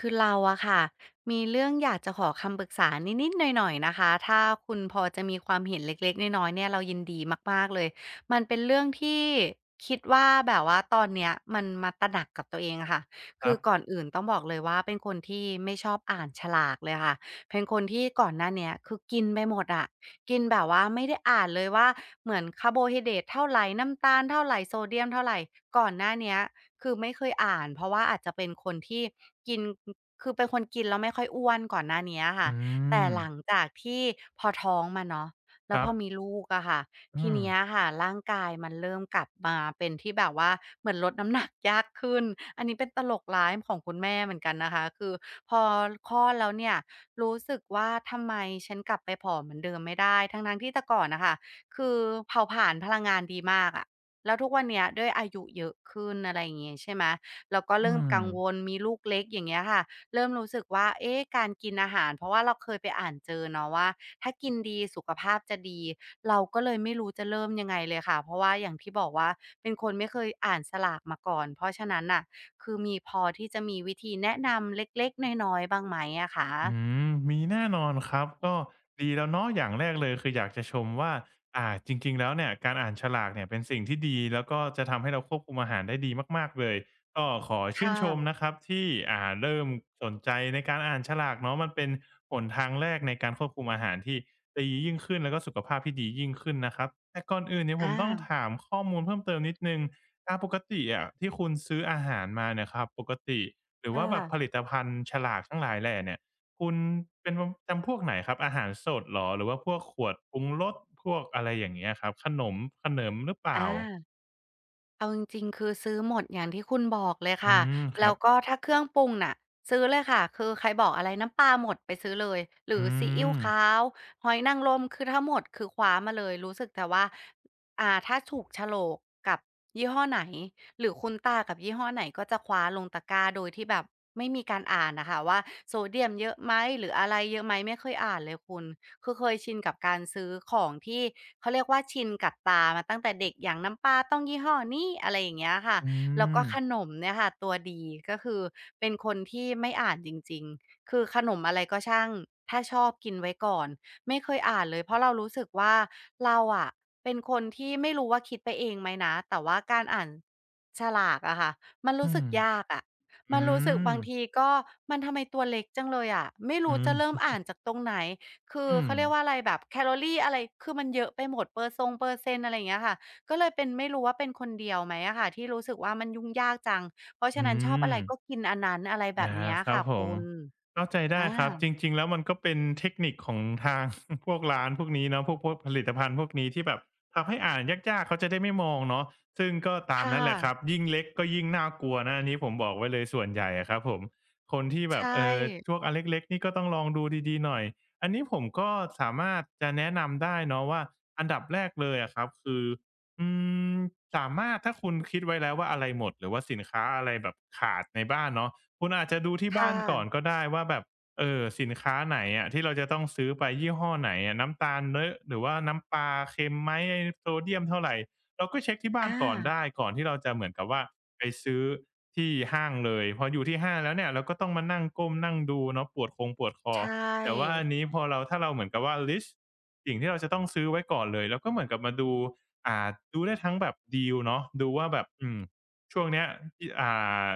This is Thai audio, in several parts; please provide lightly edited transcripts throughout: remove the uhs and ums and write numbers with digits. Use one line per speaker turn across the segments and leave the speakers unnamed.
คือเราอะค่ะมีเรื่องอยากจะขอคำปรึกษานิดๆหน่อยๆนะคะถ้าคุณพอจะมีความเห็นเล็กๆน้อยๆเนี่ยเรายินดีมากๆเลยมันเป็นเรื่องที่คิดว่าแบบว่าตอนเนี้ยมันมาตระหนักกับตัวเองอะค่ะ
ค
คื
รั
อ
บ
ก่อนอื่นต้องบอกเลยว่าเป็นคนที่ไม่ชอบอ่านฉลากเลยค่ะเป็นคนที่ก่อนหน้าเนี้ยคือกินไปหมดอะกินแบบว่าไม่ได้อ่านเลยว่าเหมือนคาร์โบไฮเดรตเท่าไหรน้ำตาลเท่าไหรโซเดียมเท่าไหรก่อนหน้าเนี้ย คือไม่เคยอ่านเพราะว่าอาจจะเป็นคนที่กินคือเป็นคนกินแล้วไม่ค่อยอ้วนก่อนหน้าเนี้ย
อื
ค่ะแต่
ม
หลังจากที่พอท้องมาเนาะ
ค
แล้ว
รั
พอ
บ
มีลูกอะค่ะ
อื
ที
ม
เนี้ยค่ะร่างกายมันเริ่มกลับมาเป็นที่แบบว่าเหมือนลดน้ำหนักยากขึ้นอันนี้เป็นตลกร้ายของคุณแม่เหมือนกันนะคะคือพอคลอดแล้วเนี่ยรู้สึกว่าทำไมฉันกลับไปผอมเหมือนเดิมไม่ได้ทั้งๆที่แต่ก่อนน่ะค่ะคือเผาผลาญพลังงานดีมากอะ แล้วทุกวันเนี้ยด้วยอายุเยอะขึ้นอะไรอย่างเงี้ยใช่ไหมแล้วก็
อื
เริ่ม
ม
กังวลมีลูกเล็กอย่างเงี้ยค่ะเริ่มรู้สึกว่าเอ๊ะการกินอาหารเพราะว่าเราเคยไปอ่านเจอเนาะว่าถ้ากินดีสุขภาพจะดีเราก็เลยไม่รู้จะเริ่มยังไงเลยค่ะเพราะว่าอย่างที่บอกว่าเป็นคนไม่เคยอ่านสลากมาก่อนเพราะฉะนั้นน่ะคือมีพอที่จะมีวิธีแนะนำเล็กๆน้อยๆบ้างไหมอะคะ
อืมีแน่นอนครับก็ดีแล้วเนาะอย่างแรกเลยคืออยากจะชมว่าจริงๆแล้วเนี่ยการอ่านฉลากเนี่ยเป็นสิ่งที่ดีแล้วก็จะทำให้เราควบคุมอาหารได้ดีมากๆเลยก็ขอชื่น
ค่ะ
ชมนะครับที่เริ่มสนใจในการอ่านฉลากเนาะมันเป็นหนทางแรกในการควบคุมอาหารที่ดียิ่งขึ้นแล้วก็สุขภาพที่ดียิ่งขึ้นนะครับแต่ก่อนอื่นเนี่ยผมต้อง
อา
ถามข้อมูลเพิ่มเติมนิดนึงปกติอะที่คุณซื้ออาหารมาเนี่ยครับปกติหรือว่า
ค่ะ
แบบผลิตภัณฑ์ฉลากทั้งหลายแหล่เนี่ย คุณเป็นจำพวกไหนครับอาหารสดเหรอหรือว่าพวกขวดปรุงรสพวกอะไรอย่างเงี้ยครับขนมขเนิมหรือเป
อา
ล่า
เอาจริงๆ คือซื้อหมดอย่างที่คุณบอกเลย
อื
ค่ะ
มครั
แล้ว
บ
ก็ถ้าเครื่องปรุงน่ะซื้อเลยค่ะ คือใครบอกอะไรน้ำปลาหมดไปซื้อเลย หรือ
อื
ซีอิ๊ว
ม
ขาวหอยนางรมคือถ้าหมดคือคว้ามาเลยรู้สึกแต่ว่าถ้าถูกโฉลกกับยี่ห้อไหนหรือคุ้นตากับยี่ห้อไหนก็จะคว้าลงตะกร้าโดยที่แบบไม่มีการอ่านน่ะค่ะว่าโซเดียมเยอะไหมหรืออะไรเยอะไหมไม่เคยอ่านเลยคุณ คือเคยชินกับการซื้อของที่เขาเรียกว่าชินกับตามาตั้งแต่เด็กอย่างน้ำปลาต้องยี่ห้อนี้อะไรอย่างเงี้ยค่ะ
อื
แล้วก็
ม
ขนมเนี่ยค่ะตัวดีก็คือเป็นคนที่ไม่อ่านจริงๆคือขนมอะไรก็ช่างถ้าชอบกินไว้ก่อนไม่เคยอ่านเลยเพราะเรารู้สึกว่าเราอะเป็นคนที่ไม่รู้ว่าคิดไปเองไหมนะแต่ว่าการอ่านฉลากอะค่ะมัน
อื
รู้สึก
ม
ยากอะ
อื
มันรู้สึก
ม
บางทีก็มันทำไมตัวเล็กจังเลยอะไม่
อื
รู้จะเริ่ม
ม
อ่านจากตรงไหน คือ
อืม
เขาเรียกว่าอะไรแบบแคลอรีอะไรคือมันเยอะไปหมดเปอร์เซ็นต์อะไรอย่างเงี้ยค่ะก็เลยเป็นไม่รู้ว่าเป็นคนเดียวไหมอะค่ะที่รู้สึกว่ามันยุ่งยากจังเพราะฉะ
อื
นั้นชอบอะ
ม
ไรก็กินอันนั้นอะไรแบบเนี้
อา
ย
ครั
ค่ะ
บผ
คุ
ม
ณ
เข้าใจได้
อา
ครับจริงๆแล้วมันก็เป็นเทคนิคของทาง พวกร้านพวกนี้เนาะพวกผลิตภัณฑ์พวกนี้ที่แบบทำให้อ่านยากๆเขาจะได้ไม่มองเนาะซึ่งก็ตาม
ค่ะ
นั้นแหละครับยิ่งเล็กก็ยิ่งน่ากลัวนะอันนี้ผมบอกไว้เลยส่วนใหญ่อะครับผมคนที่แบบ
ใช่
พวกอันเล็กๆนี่ก็ต้องลองดูดีๆหน่อยอันนี้ผมก็สามารถจะแนะนำได้เนาะว่าอันดับแรกเลยอะครับคืออืมสามารถถ้าคุณคิดไว้แล้วว่าอะไรหมดหรือว่าสินค้าอะไรแบบขาดในบ้านเนาะ คุณอาจจะดูที่บ้า
ค่ะ
นก่อนก็ได้ว่าแบบเออสินค้าไหนอะที่เราจะต้องซื้อไปยี่ห้อไหนอะน้ำตาลเยอะหรือว่าน้ำปลาเค็มไหมโซเดียมเท่าไรเราก็เช็กที่บ้าน
อา
ก่อนได้ก่อนที่เราจะเหมือนกับว่าไปซื้อที่ห้างเลยพออยู่ที่ห้างแล้วเนี่ยเราก็ต้องมานั่งก้มนั่งดูเนาะปวดคอ
ใช่
แต่ว่าอันนี้พอเราถ้าเราเหมือนกับว่าลิสต์สิ่งที่เราจะต้องซื้อไว้ก่อนเลยเราก็เหมือนกับมาดูอ่าดูได้ทั้งแบบดีลเนาะดูว่าแบบช่วงเนี้ยที่า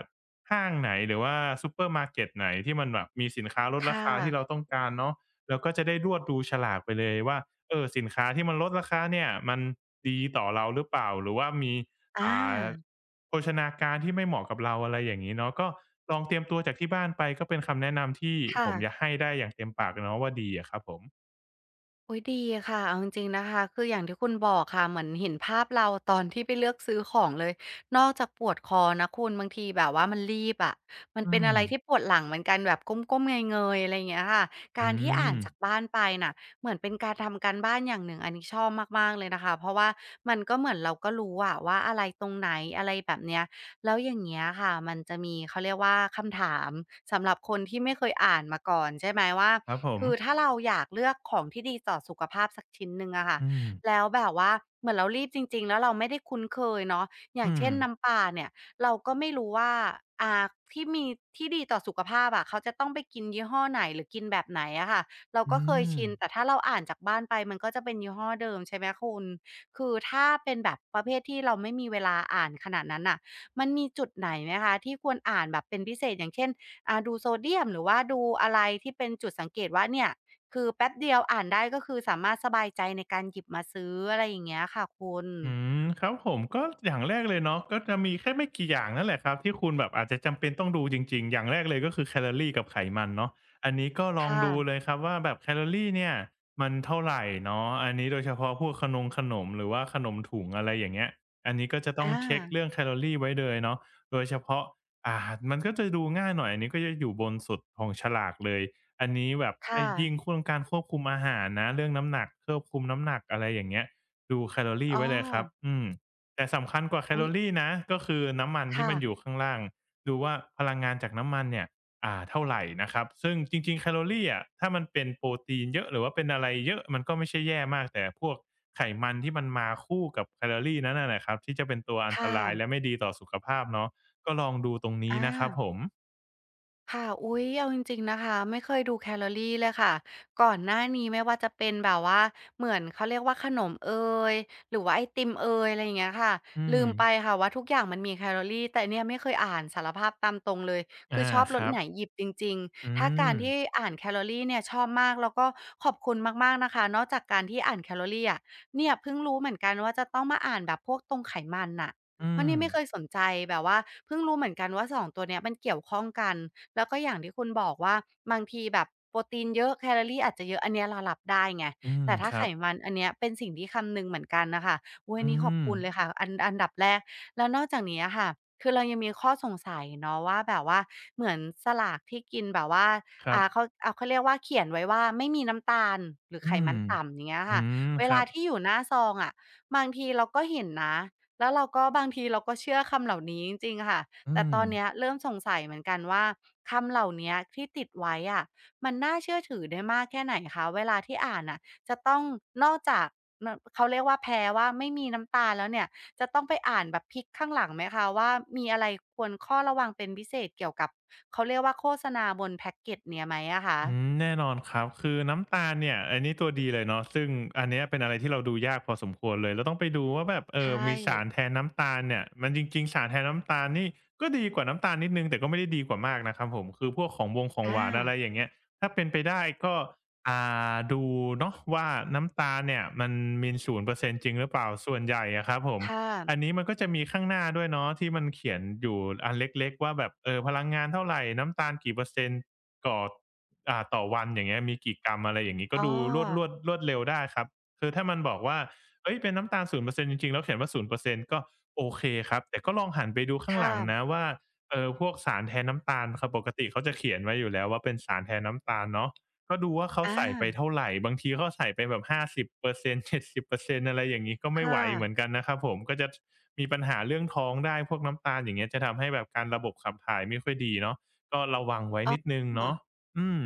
ห้างไหนหรือว่าซูเปอร์มาร์เก็ตไหนที่มันแบบมีสินค้าลด
ค่
ราคาที่เรา
ะ
ต้องการเนาะเราก็จะได้รวดดูฉลากไปเลยว่าเออสินค้าที่มันลดราคาเนี่ยมันดีต่อเราหรือเปล่าหรือว่ามี
อา
อ่าโภชนาการที่ไม่เหมาะกับเราอะไรอย่างงี้เนาะก็ลองเตรียมตัวจากที่บ้านไปก็เป็นคำแนะนำที่ผ
ค่ะ
มจะให้ได้อย่างเต็มปากเนาะว่าดีอะครับผม
โอ้ยดีค่ะเอาจริงๆนะคะคืออย่างที่คุณบอกค่ะเหมือนเห็นภาพเราตอนที่ไปเลือกซื้อของเลยนอกจากปวดคอนะคุณบางทีแบบว่ามันรีบอะมัน
อื
เป็น
ม
อะไรที่ปวดหลังเหมือนกันแบบก้มๆเงยๆอะไรอย่างเงี้ยค่ะกา
อื
รที่อ่าน
ม
จากบ้านไปน่ะเหมือนเป็นการทำการบ้านอย่างหนึ่งอันนี้ชอบมากๆเลยนะคะเพราะว่ามันก็เหมือนเราก็รู้อะว่าอะไรตรงไหนอะไรแบบเนี้ยแล้วอย่างเงี้ยค่ะมันจะมีเขาเรียกว่าคำถามสำหรับคนที่ไม่เคยอ่านมาก่อนใช่ไหมว่า
ครับผม
คือถ้าเราอยากเลือกของที่ดีต่อสุขภาพสักชิ้นหนึ่งอะค่ะ
อืม
แล้วแบบว่าเหมือนเรารีบจริงๆแล้วเราไม่ได้คุ้นเคยเนาะอย่าง
อืม
เช่นน้ำปลาเนี่ยเราก็ไม่รู้ว่าอ่าที่มีที่ดีต่อสุขภาพอะเขาจะต้องไปกินยี่ห้อไหนหรือกินแบบไหนอะค่ะเรา
อื
ก็เคย
ม
ชินแต่ถ้าเราอ่านจากบ้านไปมันก็จะเป็นยี่ห้อเดิมใช่ไหมคุณคือถ้าเป็นแบบประเภทที่เราไม่มีเวลาอ่านขนาดนั้นน่ะมันมีจุดไหนไหมคะที่ควรอ่านแบบเป็นพิเศษอย่างเช่น ดูโซเดียมหรือว่าดูอะไรที่เป็นจุดสังเกตว่าเนี่ยคือแป๊บเดียวอ่านได้ก็คือสามารถสบายใจในการหยิบมาซื้ออะไรอย่างเงี้ยค่ะคุณ
อืมครับผมก็อย่างแรกเลยเนาะก็จะมีแค่ไม่กี่อย่างนั่นแหละครับที่คุณแบบอาจจะจำเป็นต้องดูจริงๆอย่างแรกเลยก็คือแคลอรีกับไขมันเนาะอันนี้ก็ลอง
ค่ะ
ดูเลยครับว่าแบบแคลอรีเนี่ยมันเท่าไรเนาะอันนี้โดยเฉพาะพวกขนงขนมหรือว่าขนมถุงอะไรอย่างเงี้ยอันนี้ก็จะต้อง
อา
เช็กเรื่องแคลอรีไว้เลยเนาะโดยเฉพาะอ่ามันก็จะดูง่ายหน่อยอันนี้ก็จะอยู่บนสุดของฉลากเลยอันนี้แบบถ้า
ค่ะ
ยิ่งคุณต้องการควบคุมอาหารนะเรื่องน้ำหนักควบคุมน้ำหนักอะไรอย่างเงี้ย ดูแคลอรี
อ๋อ
ไว้เลยครับอืมแต่สำคัญกว่าแค
อุ๊
ล
ย
อรีนะ ก็คือน้ำมันที่
ค่ะ
มันอยู่ข้างล่าง ดูว่าพลังงานจากน้ำมันเนี่ยเท่าไรนะครับ ซึ่งจริงๆแคลอรีอะถ้ามันเป็นโปรตีนเยอะหรือว่าเป็นอะไรเยอะ มันก็ไม่ใช่แย่มาก แต่พวกไขมันที่มันมาคู่กับแคลอรีนั้นน่ะแหละครับที่จะเป็นตัวอันต
ค่ะ
รายและไม่ดีต่อสุขภาพเนาะก็ลองดูตรงนี้
อา
นะครับผม
ค่ะอุ๊ยเอาจริงๆนะคะไม่เคยดูแคลอรีเลยค่ะก่อนหน้านี้ไม่ว่าจะเป็นแบบว่าเหมือนเขาเรียกว่าขนมเอยหรือว่าไอติมเอยอะไรอย่างเงี้ยค่ะ
อื
ลื
ม
มไปค่ะว่าทุกอย่างมันมีแคลอรีแต่เนี่ยไม่เคยอ่านสารภาพตามตรงเลยคือ
อา
ชอบร
ค
ส
รับ
ไหนหยิบจริง
อื
ๆถ้าการ
ม
ที่อ่านแคลอรีเนี่ยชอบมากแล้วก็ขอบคุณมากๆนะคะนอกจากการที่อ่านแคลอรีอะเนี่ยเพิ่งรู้เหมือนกันว่าจะต้องมาอ่านแบบพวกตรงไขมันน่ะ
อื
เพราะ
ม
เนี่ยไม่เคยสนใจแบบว่าเพิ่งรู้เหมือนกันว่าสองตัวเนี้ยมันเกี่ยวข้องกัน แล้วก็อย่างที่คุณบอกว่าบางทีแบบโปรตีนเยอะแคลอรีอาจจะเยอะอันเนี้ยเรารับได้ไง
อืม
แต่ถ้า
ค
ไข
รับ
มันอันเนี้ยเป็นสิ่งที่คำนึงเหมือนกันน่ะค่ะอุ๊ยอัน
อื
นี้ขอบ
ม
คุณเลยค่ะอันดับแรกแล้วนอกจากนี้อะค่ะคือเรายังมีข้อสงสัยเนาะว่าแบบว่าเหมือนสลากที่กินแบบว่า
ครับ
เขาเขาเรียกว่าเขียนไว้ว่าไม่มีน้ำตาลหรือ
อื
ไขมั
ม
นต่ำอย่างเงี้ย
อื
ค่ะ
ม
เว
ครั
ลา
บ
ที่อยู่หน้าซองอะบางทีเราก็เห็นนะแล้วเราก็บางทีเราก็เชื่อคำเหล่านี้จริงๆค่ะ
อื
แต่
ม
ตอนเนี้ยเริ่มสงสัยเหมือนกันว่าคำเหล่าเนี้ยที่ติดไว้อะมันน่าเชื่อถือได้มากแค่ไหนคะเวลาที่อ่านอ่ะจะต้องนอกจากเนอะเขาเรียกว่าแพ้ว่าไม่มีน้ำตาแล้วเนี่ยจะต้องไปอ่านแบบพลิกข้างหลังไหมคะว่ามีอะไรควรข้อระวังเป็นพิเศษเกี่ยวกับเขาเรียกว่าโฆษณาบนแพ็กเกจเนี่ยไหมอะคะ
แน่นอนครับคือน้ำตาลเนี่ยอันนี้ตัวดีเลยเนาะซึ่งอันเนี้ยเป็นอะไรที่เราดูยากพอสมควรเลยเราต้องไปดูว่าแบบ
ใช่
มีสารแทนน้ำตาลเนี่ยมันจริงๆสารแทนน้ำตาลนี่ก็ดีกว่าน้ำตาลนิดหนึ่งแต่ก็ไม่ได้ดีกว่ามากนะครับผมคือพวกของวงของ
อา
หวานอะไรอย่างเงี้ยถ้าเป็นไปได้ก็อ่าดูเนาะว่าน้ำตาลเนี่ยมันมีศูนย์เปอร์เซ็นต์จริงหรือเปล่าส่วนใหญ่อะครับผม
ค่ะ
อันนี้มันก็จะมีข้างหน้าด้วยเนาะที่มันเขียนอยู่อันเล็กๆว่าแบบพลังงานเท่าไรน้ำตาลกี่เปอร์เซ็นต์ ก่ออ่าต่อวันอย่างเงี้ยมีกี่กรัมอะไรอย่างงี้ก็
อ๋
ดู
อ
รวดเร็วได้ครับคือถ้ามันบอกว่าเฮ้ยเป็นน้ำตาล0%จริงๆแล้วเขียนว่า0%ก็โอเคครับแต่ก็ลองหันไปดูข้างห
ค่ะ
ลังนะว่าพวกสารแทนน้ำตาลครับปกติเขาจะเขียนไว้อยู่แล้วว่าเป็นสารแทนน้ำตาลเนาะก็ดูว่าเขา
อา
ใส่ไปเท่าไรบางทีเขาใส่ไปแบบ50% 70%อร์เซ็นต์เจ็ดสิบเปอร์เซ็นต์อะไรอย่างงี้ก็
ค
ไม่ไหวเหมือน
่ะ
กันนะครับผมก็จะมีปัญหาเรื่องท้องได้พวกน้ำตาลอย่างเงี้ยจะทำให้แบบการระบบขับถ่ายไม่ค่อยดีเนาะ ก็ระวังไว้
อ๋
นิดหนึ่ง
อ
เนาะอืม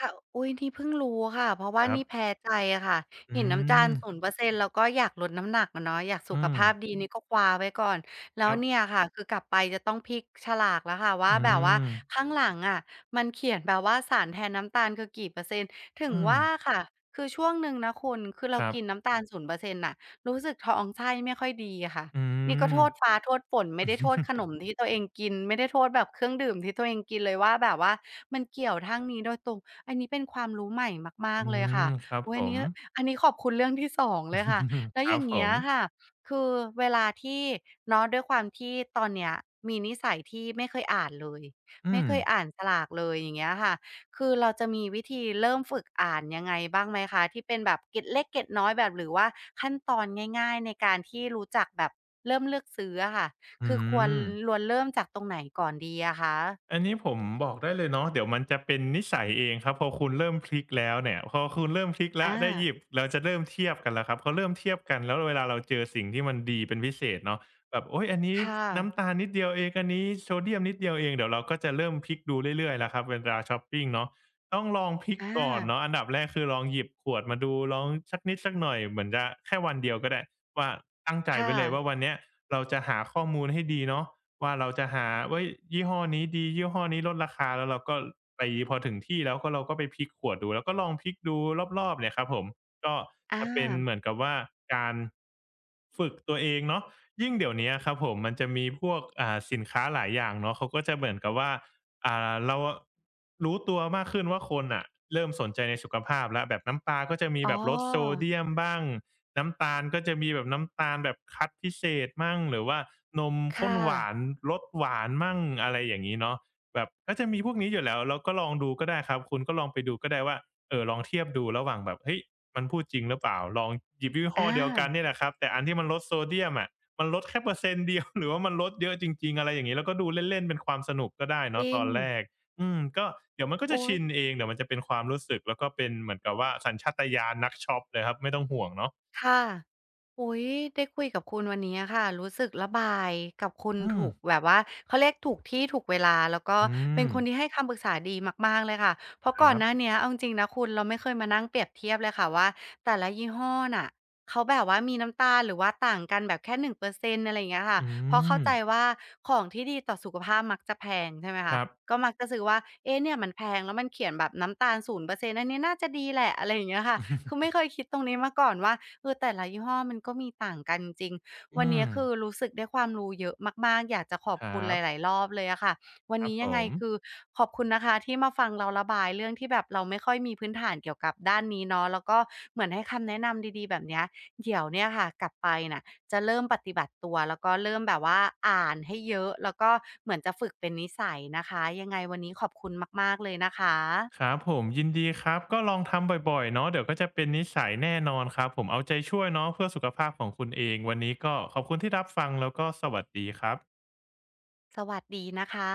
ค่ะอุ๊ยนี่เพิ่งรู้ค่ะเพราะว่า
ครั
นี่แพ้
บ
ใจอะค่ะ
อื
เห็นน้ำตาล
ม
ศูนย์เปอร์เซ็นต์แล้วก็อยากลดน้ำหนักอะเนาะอยากสุ
อื
ข
ม
ภาพดีนี่ก็คว้าไว้ก่อนแล้
ค
ว
รับ
เนี่ยค่ะคือกลับไปจะต้องพลิกฉลากแล้วค่ะว่า
อื
แบบว่า
ม
ข้างหลังอะมันเขียนแบบว่าสารแทนน้ำตาลคือกี่เปอร์เซ็นต์ถึง
อืม
ว่าค่ะ คือช่วงหนึ่งนะคุณคือเรา
ครับ
กินน้ำตาล0%นย์เปอร์เซ็นต์น่ะรู้สึกท้องไส้ไม่ค่อยดีอะค่ะ
อื
นี่ก็
ม
โทษฟ้าโทษฝนไม่ได้โทษขนม ที่ตัวเองกินไม่ได้โทษแบบเครื่องดื่มที่ตัวเองกินเลยว่าแบบว่ามันเกี่ยวทางนี้โดยตรงอันนี้เป็นความรู้ใหม่มาก
อื
ๆเลยค่ะ
มครับ
อุ๊ย
ผ
อัน
ม
นี้อันนี้ขอบคุณเรื่องที่สองเลยค่ะแล้ว
ค
อ
รับ
ย่าง
ผ
เงี้ยค่ะ
ม
คือเวลาที่เนาะด้วยความที่ตอนเนี้ยมีนิสัยที่ไม่เคยอ่านเลย
อื
ไม่
ม
เคยอ่านสลากเลยอย่างเงี้ยค่ะ คือเราจะมีวิธีเริ่มฝึกอ่านยังไงบ้างไหมคะที่เป็นแบบเกร็ดเล็กเกร็ดน้อยแบบหรือว่าขั้นตอนง่ายๆในการที่รู้จักแบบเริ่มเลือกซื้ออะค่ะ
อื
คือควร
ม
ลวนเริ่มจากตรงไหนก่อนดีอะคะ
อันนี้ผมบอกได้เลยเนาะเดี๋ยวมันจะเป็นนิสัยเองครับพอคุณเริ่มพลิกแล้วเนี่ยพอคุณเริ่มพลิกแล้ว
อา
ได้หยิบเราจะเริ่มเทียบกันแล้วครับพอเริ่มเทียบกันแล้วเวลาเราเจอสิ่งที่มันดีเป็นพิเศษเนาะแบบโอ้ยอันนี้
ค่ะ
น้ำตาลนิดเดียวเองอันนี้โซเดียมนิดเดียวเองเดี๋ยวเราก็จะเริ่มพลิกดูเรื่อยๆแล้วครับเวลาช้อปปิงเนาะต้องลองพลิก
อา
ก่อนเนาะอันดับแรกคือลองหยิบขวดมาดูลองสักนิดสักหน่อยเหมือนจะแค่วันเดียวก็ได้ว่าตั้งใจ
ค่ะ
ไว้เลยว่าวันเนี้ยเราจะหาข้อมูลให้ดีเนาะ ว่าเราจะหาว่้ยยี่ห้อนี้ดียี่ห้อนี้ลดราคาแล้วเราก็ไปพอถึงที่แล้วก็เราก็ไปพลิกขวดดูแล้วก็ลองพลิกดูรอบๆเนี่ยครับผมก็
อา
จะเป็นเหมือนกับว่าการฝึกตัวเองเนาะยิ่งเดี๋ยวเนี้ยครับผมมันจะมีพวกอ่าสินค้าหลายอย่างเนาะเขาก็จะเหมือนกับว่าอ่าเราอะรู้ตัวมากขึ้นว่าคนน่ะเริ่มสนใจในสุขภาพแล้วแบบน้ำปลาก็จะมี
อ๋
แบบลดโซ
อ
เดียมบ้าง น้ำตาลก็จะมีแบบน้ำตาลแบบคัดพิเศษมั่งหรือว่านมข้
ค่ะ
นหวานรสหวานมั่งอะไรอย่างงี้เนาะแบบก็จะมีพวกนี้อยู่แล้วเราก็ลองดูก็ได้ครับคุณก็ลองไปดูก็ได้ว่าลองเทียบดูระหว่างแบบเฮ้ยมันพูดจริงหรือเปล่าลองหยิบยี่
อ
ห้อเดียวกัน
า
เนี่ยแหละครับแต่อันที่มันลดโซเดียมอะมันลดแค่เปอร์เซ็นต์เดียว หรือว่ามันลดเยอะจริงๆอะไรอย่างงี้แล้วก็ดูเล่นๆเป็นความสนุกก็ได้
จ
เนาะ
ริ
ต
ง
อนแรกอืมก็เดี๋ยวมันก็จะ
โอ๊ย
ชินเองเดี๋ยวมันจะเป็นความรู้สึกแล้วก็เป็นเหมือนกับว่าสัญชาตญาณนักช็อปเลยครับไม่ต้องห่วงเนาะ
ค่ะอุ๊ยได้คุยกับคุณวันนี้ะค่ะรู้สึกระบายกับคุณ
อืม
ถูกแบบว่าเขาเรียกถูกที่ถูกเวลาแล้วก็
อื
เป็น
ม
คนที่ให้คำปรึกษาดีมากๆเลยค่ะเพราะ
ค
ก่อ
รั
น
บ
หน้าเนี้ยเอาจริงๆนะคุณ เราไม่เคยมานั่งเปรียบเทียบเลยค่ะว่าแต่ละยี่ห้อน่ะเขาแบบว่ามีน้ำตาลหรือว่าต่างกันแบบแค่1%อร์เซ็นต์อะไรอย่างเงี้ยค่ะ
อื
เพราะเข้า
ม
ใจว่าของที่ดีต่อสุขภาพมักจะแพงใช่ไหม
ค
คะ
รับ
ก็มักจะซื้อว่าเอ๊ะเนี่ยมันแพงแล้วมันเขียนแบบน้ำตาลศูนย์เปอร์เซ็นต์อันนี้น่าจะดีแหละอะไรอย่างเงี้ยค่ะ คือไม่เคยคิดตรงนี้มาก่อนว่าเออแต่ละยี่ห้อมันก็มีต่างกันจริงวัน
อื
นี้
ม
คือรู้สึกได้ความรู้เยอะมากๆอยากจะขอบ
ค
คุณ
รั
ห
บ
ลายๆรอบเลยอะค่ะวัน
ครับ
นี้
ผ
ยังไง
ม
คือขอบคุณนะคะที่มาฟังเราระบายเรื่องที่แบบเราไม่ค่อยมีพื้นฐานเกี่ยวกับด้านนี้เนาะแล้วก็เหมือนให้คำแนะนำดีๆแบบเนี้ยเดี๋ยวเนี่ยค่ะกลับไปน่ะจะเริ่มปฏิบัติตัวแล้วก็เริ่มแบบว่าอ่านให้เยอะแล้วก็เหมือนจะฝึกเป็นนิสัยนะคะยังไงวันนี้ขอบคุณมากๆเลยนะค
ค
ะ
รับผมยินดีครับ ก็ลองทำบ่อยๆ เนาะ เดี๋ยวก็จะเป็นนิสัยแน่นอนครับผมเอาใจช่วยเนาะเพื่อสุขภาพของคุณเอง วันนี้ก็ขอบคุณที่รับฟังแล้วก็สวัสดีครับ
สวัสดีนะคะ